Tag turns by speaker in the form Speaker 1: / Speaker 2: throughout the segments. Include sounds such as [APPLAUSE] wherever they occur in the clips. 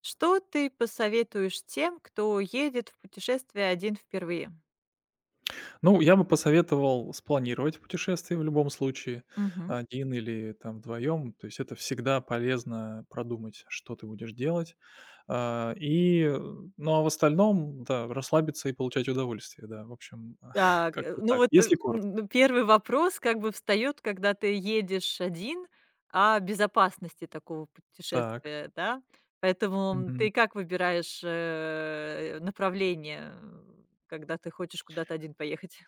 Speaker 1: Что ты посоветуешь тем, кто едет в путешествие один впервые?
Speaker 2: Ну, я бы посоветовал спланировать путешествие в любом случае,
Speaker 1: Мгм.
Speaker 2: один или там вдвоем. То есть это всегда полезно продумать, что ты будешь делать. А, и, э, ну, а в остальном, да, расслабиться и получать удовольствие, да. В общем, [LAUGHS]
Speaker 1: Так,
Speaker 2: как-то
Speaker 1: ну
Speaker 2: так,
Speaker 1: вот,
Speaker 2: если коротко.
Speaker 1: один вопрос как бы встает, когда ты едешь один, о безопасности такого
Speaker 2: Так.
Speaker 1: путешествия, да. Поэтому ты как выбираешь, направление, когда ты хочешь куда-то один поехать?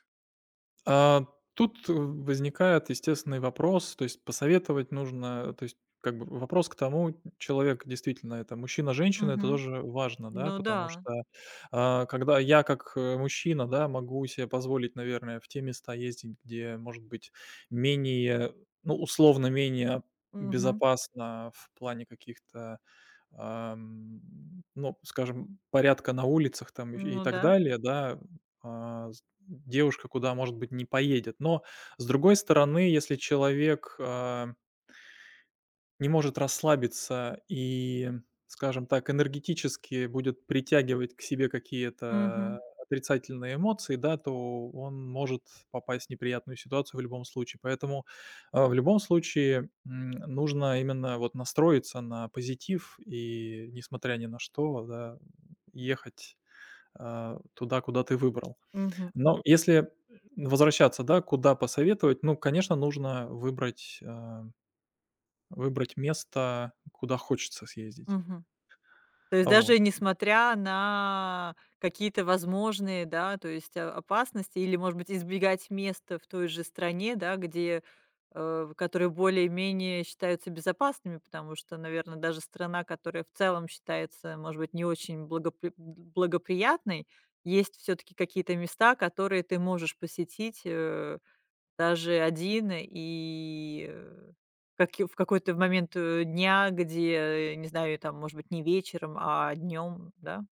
Speaker 2: А, тут возникает естественный вопрос, то есть посоветовать нужно, то есть как бы вопрос к тому, человек действительно это мужчина-женщина, это
Speaker 1: Мгм.
Speaker 2: тоже важно, да,
Speaker 1: Ну да.
Speaker 2: потому что, когда я как, мужчина, да, могу себе позволить, наверное, в те места ездить, где, может быть, менее, ну, условно менее
Speaker 1: Мгм.
Speaker 2: безопасно в плане каких-то, ам, ну, скажем, порядка на улицах там и
Speaker 1: Ну
Speaker 2: так
Speaker 1: да.
Speaker 2: далее, да, с девушка куда, может быть, не поедет. Но, с другой стороны, если человек, не может расслабиться и, скажем так, энергетически будет притягивать к себе какие-то
Speaker 1: Мгм.
Speaker 2: отрицательные эмоции, да, то он может попасть в неприятную ситуацию в любом случае. Поэтому, в любом случае, нужно именно вот настроиться на позитив и, несмотря ни на что, да, ехать, туда, куда ты выбрал.
Speaker 1: Мгм.
Speaker 2: Но
Speaker 1: Мгм.
Speaker 2: если возвращаться, да, куда посоветовать, ну, конечно, нужно выбрать место, куда хочется съездить.
Speaker 1: Мгм. То есть
Speaker 2: Вот.
Speaker 1: даже несмотря на какие-то возможные, да, то есть, опасности или, может быть, избегать места в той же стране, да, где, которые более-менее считаются безопасными, потому что, наверное, даже страна, которая в целом считается, может быть, не очень благоприятной, есть все таки какие-то места, которые ты можешь посетить, даже один и, как и в какой-то момент, дня, где, не знаю, там, может быть, не вечером, а днем, да?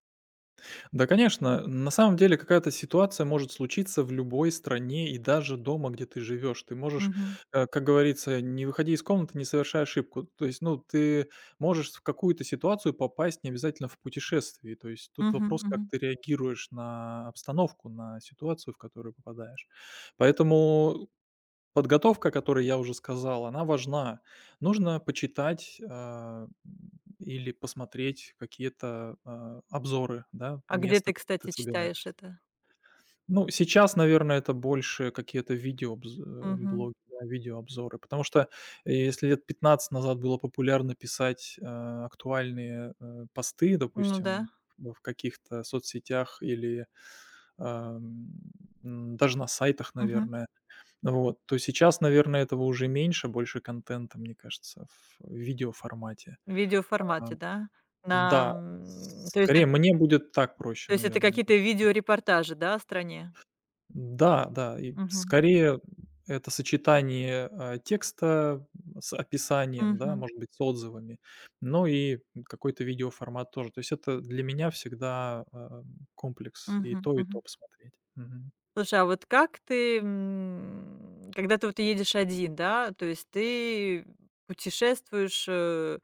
Speaker 2: Да, конечно, на самом деле какая-то ситуация может случиться в любой стране и даже дома, где ты живешь. Ты можешь,
Speaker 1: Мгм.
Speaker 2: как говорится, не выходи из комнаты, не совершай ошибку. То есть, ну, ты можешь в какую-то ситуацию попасть не обязательно в путешествии. То есть тут
Speaker 1: Мгм,
Speaker 2: вопрос, как
Speaker 1: мгм.
Speaker 2: ты реагируешь на обстановку, на ситуацию, в которую попадаешь. Поэтому подготовка, о которой я уже сказал, она важна. Нужно почитать, или посмотреть какие-то, обзоры, да,
Speaker 1: А где
Speaker 2: места,
Speaker 1: ты,
Speaker 2: куда ты
Speaker 1: кстати, читаешь
Speaker 2: собираешься.
Speaker 1: это?
Speaker 2: Ну, сейчас, наверное, это больше какие-то
Speaker 1: Мгм.
Speaker 2: блоги, да, видеообзоры, потому что, если лет 15 назад было популярно писать, актуальные, посты,
Speaker 1: Ну да.
Speaker 2: допустим, в каких-то соцсетях или, ам, даже на сайтах,
Speaker 1: Мгм.
Speaker 2: наверное, вот, то сейчас, наверное, этого уже меньше, больше контента, мне кажется, в видеоформате.
Speaker 1: В видеоформате, да? На,
Speaker 2: Да,
Speaker 1: м, то есть
Speaker 2: скорее
Speaker 1: эт
Speaker 2: мне будет так проще,
Speaker 1: То есть это
Speaker 2: наверное. Вот.
Speaker 1: какие-то видеорепортажи, да, о стране?
Speaker 2: Да, да, и
Speaker 1: Мгм.
Speaker 2: скорее это сочетание, текста с описанием, да,
Speaker 1: Мгм.
Speaker 2: может быть, с отзывами, ну и какой-то видеоформат тоже. То есть это для меня всегда, комплекс
Speaker 1: Мгм.
Speaker 2: и то
Speaker 1: Мгм.
Speaker 2: посмотреть. Мгм.
Speaker 1: Слушай, а вот как ты, когда ты вот едешь один, да, то есть ты путешествуешь, э,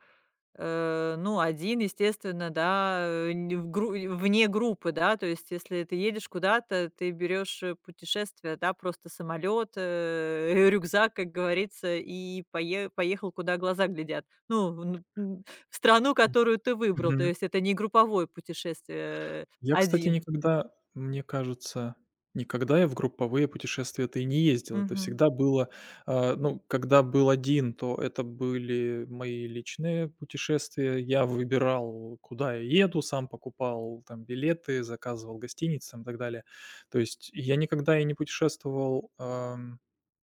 Speaker 1: э, ну, один, естественно, да, не в гру вне группы, да, то есть если ты едешь куда-то, ты берешь, путешествие, да, просто самолет, [LAUGHS] рюкзак, как говорится, и поехал, куда глаза глядят. Ну, в страну, которую ты выбрал, то
Speaker 2: Мгм.
Speaker 1: есть это не групповое путешествие
Speaker 2: Я, кстати,
Speaker 1: один.
Speaker 2: никогда, мне кажется, никогда я в групповые путешествия-то и не ездил. Это
Speaker 1: Мгм.
Speaker 2: всегда было, ну, когда был один, то это были мои личные путешествия. Я выбирал, куда я еду, сам покупал там билеты, заказывал гостиницы там и так далее. То есть я никогда и не путешествовал,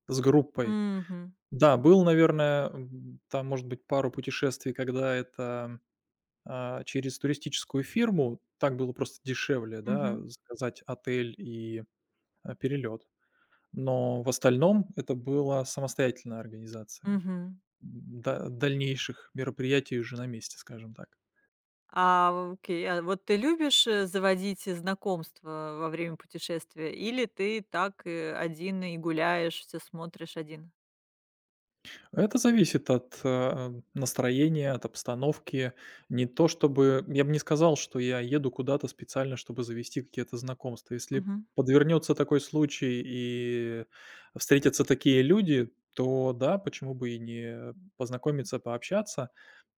Speaker 2: с группой.
Speaker 1: Мгм.
Speaker 2: Да, был, наверное, там, может быть, пару путешествий, когда это через туристическую фирму. Так было просто дешевле, да,
Speaker 1: Мгм.
Speaker 2: заказать отель и, перелет. Но в остальном это была самостоятельная организация,
Speaker 1: Мгм.
Speaker 2: дальнейших мероприятий уже на месте, скажем так.
Speaker 1: Окей, а вот ты любишь, заводить знакомства во время путешествия или ты так, один и гуляешь, все смотришь один?
Speaker 2: Это зависит от, настроения, от обстановки. Не то чтобы я бы не сказал, что я еду куда-то специально, чтобы завести какие-то знакомства. Если
Speaker 1: Мгм.
Speaker 2: подвернется такой случай и встретятся такие люди, то да, почему бы и не познакомиться, пообщаться.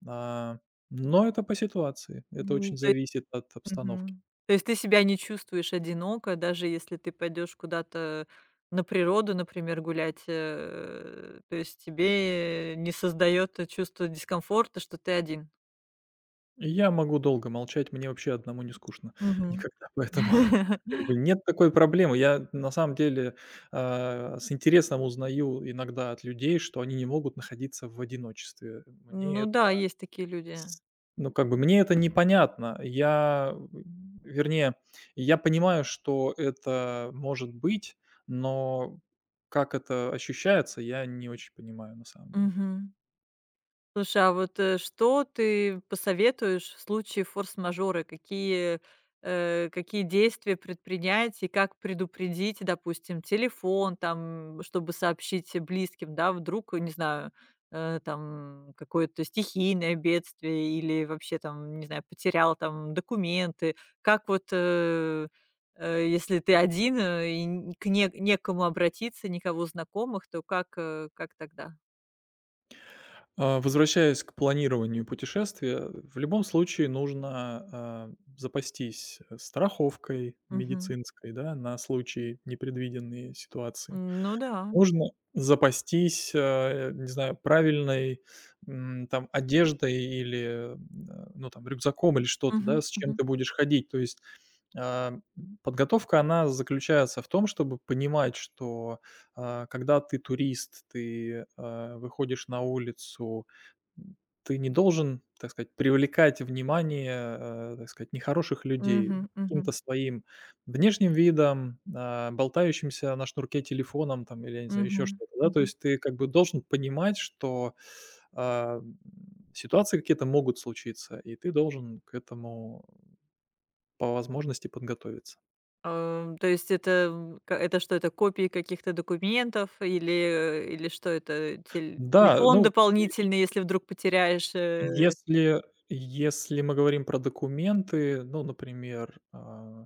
Speaker 2: А, но это по ситуации. Это
Speaker 1: М,
Speaker 2: очень
Speaker 1: то есть
Speaker 2: зависит от обстановки.
Speaker 1: Мгм. То есть ты себя не чувствуешь одиноко, даже если ты пойдешь куда-то на природу, например, гулять, то есть тебе не создает чувство дискомфорта, что ты один?
Speaker 2: Я могу долго молчать, мне вообще одному не скучно
Speaker 1: Мгм.
Speaker 2: никогда, поэтому [LAUGHS] как
Speaker 1: [LAUGHS]
Speaker 2: бы нет такой проблемы. Я на самом деле, с интересом узнаю иногда от людей, что они не могут находиться в одиночестве. Мне
Speaker 1: Ну
Speaker 2: это
Speaker 1: да, есть такие люди.
Speaker 2: с ну, как бы мне это непонятно. Я, вернее, я понимаю, что это может быть, но как это ощущается, я не очень понимаю на самом деле.
Speaker 1: Мгм. Слушай, а вот, что ты посоветуешь в случае форс-мажора? Какие действия предпринять и как предупредить, допустим, телефон, там, чтобы сообщить близким, да, вдруг, не знаю, там какое-то стихийное бедствие или вообще там, не знаю, потерял там документы. Как вот, если ты один, и н к не некому обратиться, никого знакомых, то как тогда?
Speaker 2: Возвращаясь к планированию путешествия, в любом случае нужно а, запастись страховкой
Speaker 1: Мгм,
Speaker 2: медицинской, да, на случай непредвиденной ситуации.
Speaker 1: Ну да.
Speaker 2: Нужно запастись, не знаю, правильной там одеждой или, ну, там, рюкзаком или что-то, да,
Speaker 1: Мгм,
Speaker 2: с чем
Speaker 1: мгм.
Speaker 2: ты будешь ходить. То есть а, подготовка, она заключается в том, чтобы понимать, что, когда ты турист, ты, выходишь на улицу, м, ты не должен, так сказать, привлекать внимание, так сказать, нехороших людей
Speaker 1: Мгм, мгм,
Speaker 2: каким-то своим внешним видом, болтающимся на шнурке телефоном там или, я не знаю, еще
Speaker 1: мгм,
Speaker 2: что-то, да. То
Speaker 1: мгм.
Speaker 2: есть ты как бы должен понимать, что, а, м, ситуации какие-то могут случиться, и ты должен к этому по возможности подготовиться.
Speaker 1: То есть это, м, ка это что, это копии каких-то документов или что это? Тель
Speaker 2: Да,
Speaker 1: Телефон
Speaker 2: ну,
Speaker 1: дополнительный, если вдруг потеряешь?
Speaker 2: если если мы говорим про документы, ну, например,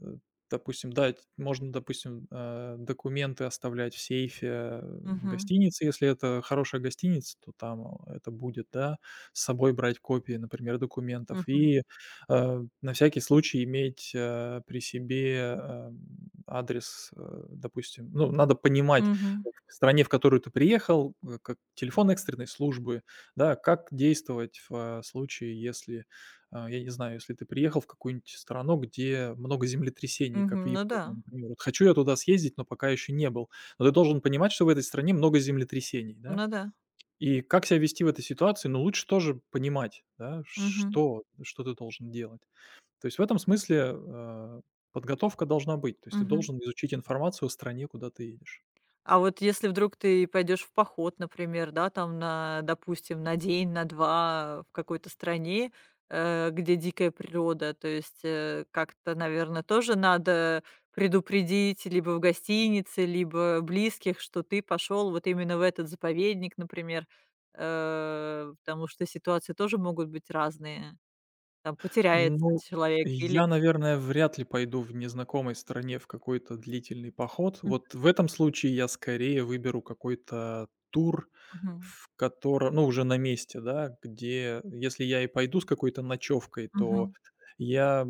Speaker 2: э, допустим, да, ть можно, допустим, документы оставлять в сейфе, в
Speaker 1: Мгм,
Speaker 2: гостинице. Если это хорошая гостиница, то там это будет, да. С собой брать копии, например, документов
Speaker 1: мгм,
Speaker 2: и, на всякий случай иметь, при себе, адрес, допустим. Ну, надо понимать
Speaker 1: мгм,
Speaker 2: в стране, в которую ты приехал, как телефон экстренной службы, да, как действовать в, случае, если, я не знаю, если ты приехал в какую-нибудь страну, где много землетрясений, как в
Speaker 1: мгм. Ну да,
Speaker 2: Японии, например. Вот хочу я туда съездить, но пока еще не был. Но ты должен понимать, что в этой стране много землетрясений, да.
Speaker 1: ну да.
Speaker 2: И как себя вести в этой ситуации, ну, лучше тоже понимать, да,
Speaker 1: Мгм,
Speaker 2: что ты должен делать. То есть в этом смысле, подготовка должна быть. То есть ты
Speaker 1: мгм.
Speaker 2: должен изучить информацию о стране, куда ты едешь.
Speaker 1: А вот если вдруг ты пойдешь в поход, например, да, там на, допустим, на день, на 2 в какой-то стране, где дикая природа, то есть, как-то, наверное, тоже надо предупредить либо в гостинице, либо близких, что ты пошел вот именно в этот заповедник, например, потому что ситуации тоже могут быть разные. Там потеряется
Speaker 2: Ну,
Speaker 1: человек или
Speaker 2: я, наверное, вряд ли пойду в незнакомой стране в какой-то длительный поход. Вот в этом случае я скорее выберу какой-то тур,
Speaker 1: мгм,
Speaker 2: в котором, ну, уже на месте, да, где, если я и пойду с какой-то ночевкой, то
Speaker 1: мгм.
Speaker 2: я,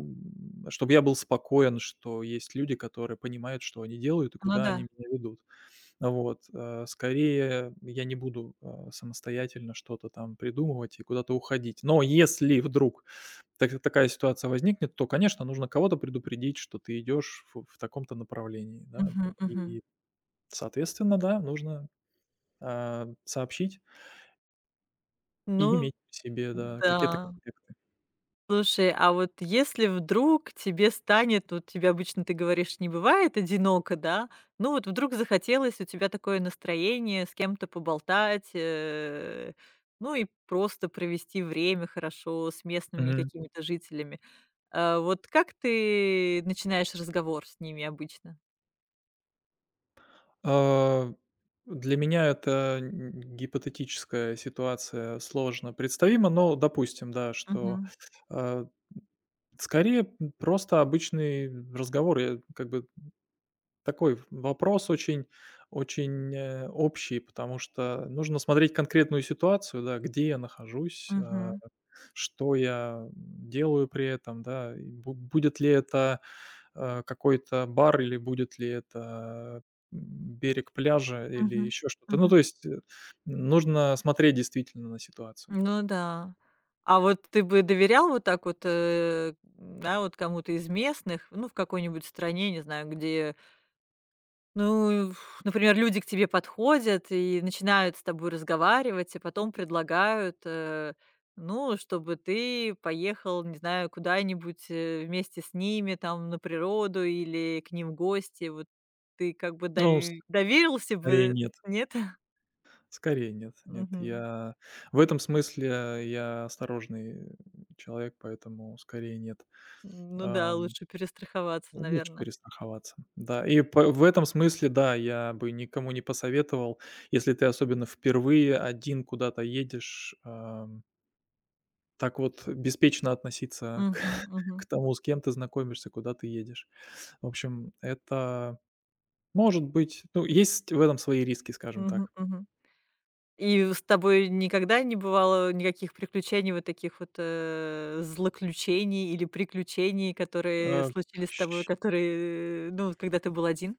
Speaker 2: чтобы я был спокоен, что есть люди, которые понимают, что они делают и
Speaker 1: Ну
Speaker 2: куда
Speaker 1: да.
Speaker 2: они меня ведут. Вот, скорее я не буду, самостоятельно что-то там придумывать и куда-то уходить. Но если вдруг так такая ситуация возникнет, то, конечно, нужно кого-то предупредить, что ты идешь в таком-то направлении, да.
Speaker 1: Мгм, мгм.
Speaker 2: И, соответственно, да, нужно, сообщить
Speaker 1: Ну
Speaker 2: и иметь при себе, да, какие-то
Speaker 1: да.
Speaker 2: контакты.
Speaker 1: Слушай, а вот если вдруг тебе станет, вот тебе обычно, ты говоришь, не бывает одиноко, да? Ну вот вдруг захотелось, у тебя такое настроение с кем-то поболтать, ну и просто провести время хорошо с местными
Speaker 2: Мгм.
Speaker 1: какими-то жителями. Вот как ты начинаешь разговор с ними обычно?
Speaker 2: А, для меня это н гипотетическая ситуация сложно представима, но допустим, да, что,
Speaker 1: Мгм.
Speaker 2: э, Скорее, просто обычный разговор. Я как бы такой вопрос очень очень, общий, потому что нужно смотреть конкретную ситуацию, да, где я нахожусь,
Speaker 1: Мгм.
Speaker 2: что я делаю при этом, да, и бу будет ли это, какой-то бар или будет ли это, м, берег пляжа или
Speaker 1: Мгм.
Speaker 2: еще что-то. Ну, то
Speaker 1: Мгм.
Speaker 2: есть, нужно смотреть действительно на ситуацию.
Speaker 1: Ну да. А вот ты бы доверял вот так вот, да, вот кому-то из местных, ну, в какой-нибудь стране, не знаю, где, ну, например, люди к тебе подходят и начинают с тобой разговаривать, и потом предлагают, ну, чтобы ты поехал, не знаю, куда-нибудь вместе с ними, там, на природу или к ним в гости. Вот ты как бы
Speaker 2: Ну,
Speaker 1: доверился
Speaker 2: скорее
Speaker 1: бы,
Speaker 2: нет.
Speaker 1: нет? [LAUGHS]
Speaker 2: Скорее нет, нет.
Speaker 1: Мгм.
Speaker 2: Я в этом смысле я осторожный человек, поэтому скорее нет.
Speaker 1: Ну да,
Speaker 2: Ам,
Speaker 1: лучше перестраховаться,
Speaker 2: лучше
Speaker 1: наверное.
Speaker 2: перестраховаться. Да, и по в этом смысле, да, я бы никому не посоветовал, если ты особенно впервые один куда-то едешь, так вот беспечно относиться к
Speaker 1: Мгм,
Speaker 2: [LAUGHS] к
Speaker 1: мгм,
Speaker 2: тому, с кем ты знакомишься, куда ты едешь. В общем, это может быть, ну, есть в этом свои риски, скажем
Speaker 1: мгм,
Speaker 2: так.
Speaker 1: мгм. И с тобой никогда не бывало никаких приключений, вот таких вот, злоключений или приключений, которые
Speaker 2: А,
Speaker 1: случились с тобой, которые, ну, вот когда ты был один?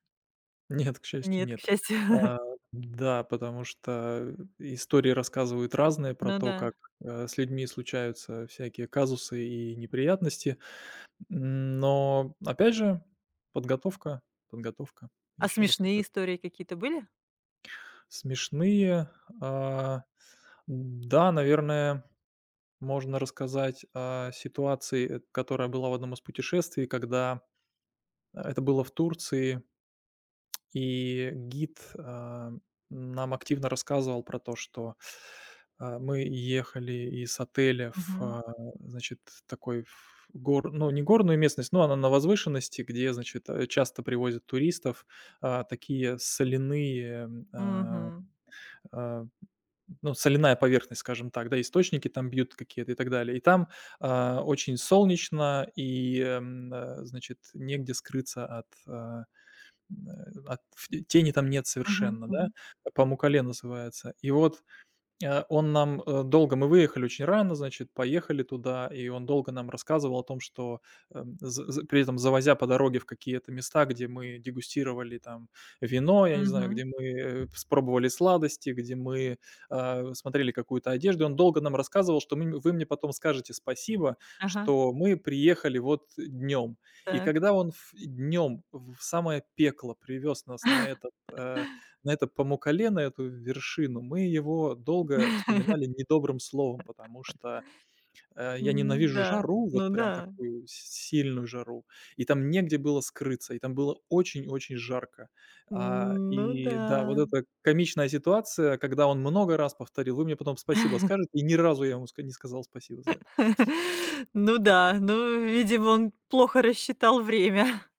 Speaker 2: Нет, к счастью,
Speaker 1: Нет, к
Speaker 2: нет.
Speaker 1: счастью. [LAUGHS]
Speaker 2: А, да, потому что истории рассказывают разные про
Speaker 1: Ну
Speaker 2: то,
Speaker 1: да.
Speaker 2: как, с людьми случаются всякие казусы и неприятности. Но опять же, подготовка, подготовка,
Speaker 1: А
Speaker 2: еще раз
Speaker 1: смешные
Speaker 2: подго
Speaker 1: истории какие-то были?
Speaker 2: Смешные, а, да, наверное, можно рассказать о ситуации, которая была в одном из путешествий, когда, это было в Турции. И гид, нам активно рассказывал про то, что, мы ехали из отеля в,
Speaker 1: Мгм.
Speaker 2: значит, такой в гор ну, не горную местность, но она на возвышенности, где, значит, часто привозят туристов, такие соляные,
Speaker 1: Мгм.
Speaker 2: а, ну, соляная поверхность, скажем так, да, источники там бьют какие-то и так далее. И там, очень солнечно и, значит, негде скрыться от, от в тени там нет
Speaker 1: Мгм,
Speaker 2: совершенно, да.
Speaker 1: мгм,
Speaker 2: Памукале называется. И вот он нам, долго мы выехали очень рано, значит, поехали туда, и он долго нам рассказывал о том, что, з з при этом завозя по дороге в какие-то места, где мы дегустировали там вино, я не знаю,
Speaker 1: мгм.
Speaker 2: где мы, э, с сладости, где мы, смотрели какую-то одежду. Он долго нам рассказывал, что мы вы мне потом скажете спасибо,
Speaker 1: Ага,
Speaker 2: что мы приехали вот днем. И
Speaker 1: так.
Speaker 2: когда он днем в самое пекло привез нас на это Памукале, на эту вершину, мы его долго
Speaker 1: [LAUGHS]
Speaker 2: вспоминали недобрым словом, потому что, я
Speaker 1: Ну
Speaker 2: ненавижу
Speaker 1: да,
Speaker 2: жару, вот
Speaker 1: ну да,
Speaker 2: прям такую с сильную жару, и там негде было скрыться, и там было очень-очень жарко.
Speaker 1: ну
Speaker 2: И
Speaker 1: да.
Speaker 2: да, вот эта комичная ситуация, когда он много раз повторил: "Вы мне потом спасибо скажете". И ни разу я ему ска не сказал спасибо за это.
Speaker 1: [LAUGHS] Ну да, ну, видимо, он плохо рассчитал время. [LAUGHS]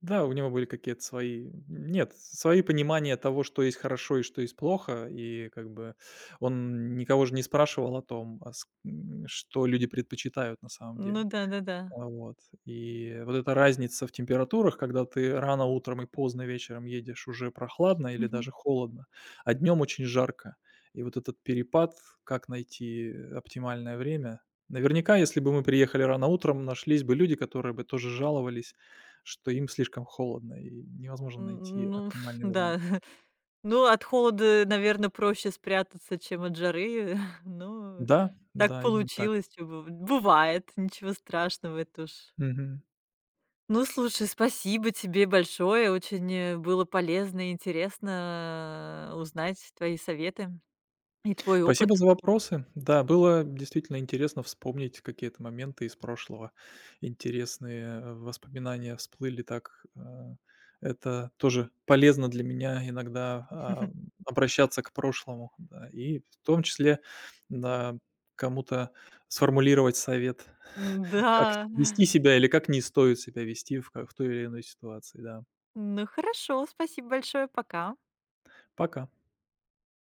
Speaker 2: Да, у него были какие-то свои нет, свои понимания того, что есть хорошо и что есть плохо. И как бы он никого же не спрашивал о том, что люди предпочитают на самом
Speaker 1: Ну
Speaker 2: деле.
Speaker 1: да-да-да.
Speaker 2: Вот. И вот эта разница в температурах, когда ты рано утром и поздно вечером едешь, уже прохладно или
Speaker 1: Мгм.
Speaker 2: даже холодно, а днем очень жарко. И вот этот перепад, как найти оптимальное время. Наверняка, если бы мы приехали рано утром, нашлись бы люди, которые бы тоже жаловались, что им слишком холодно и невозможно найти
Speaker 1: Н Ну [LAUGHS]
Speaker 2: оптимальный
Speaker 1: да.
Speaker 2: вариант.
Speaker 1: [LAUGHS] Ну, от холода, наверное, проще спрятаться, чем от жары. [LAUGHS] Ну,
Speaker 2: Да,
Speaker 1: так
Speaker 2: да, именно так.
Speaker 1: получилось, чё бы бывает, ничего страшного, это уж.
Speaker 2: Мгм.
Speaker 1: Ну, слушай, спасибо тебе большое. Очень, было полезно и интересно, узнать твои советы и твой
Speaker 2: Спасибо
Speaker 1: опыт.
Speaker 2: за вопросы. Да, было действительно интересно вспомнить какие-то моменты из прошлого. Интересные воспоминания всплыли так. Это тоже полезно для меня иногда
Speaker 1: [LAUGHS]
Speaker 2: обращаться к прошлому. Да, и в том числе да, кому-то сформулировать совет, [LAUGHS]
Speaker 1: Да.
Speaker 2: как вести себя или как не стоит себя вести в той или иной ситуации. Да.
Speaker 1: Ну, хорошо, спасибо большое, пока.
Speaker 2: Пока.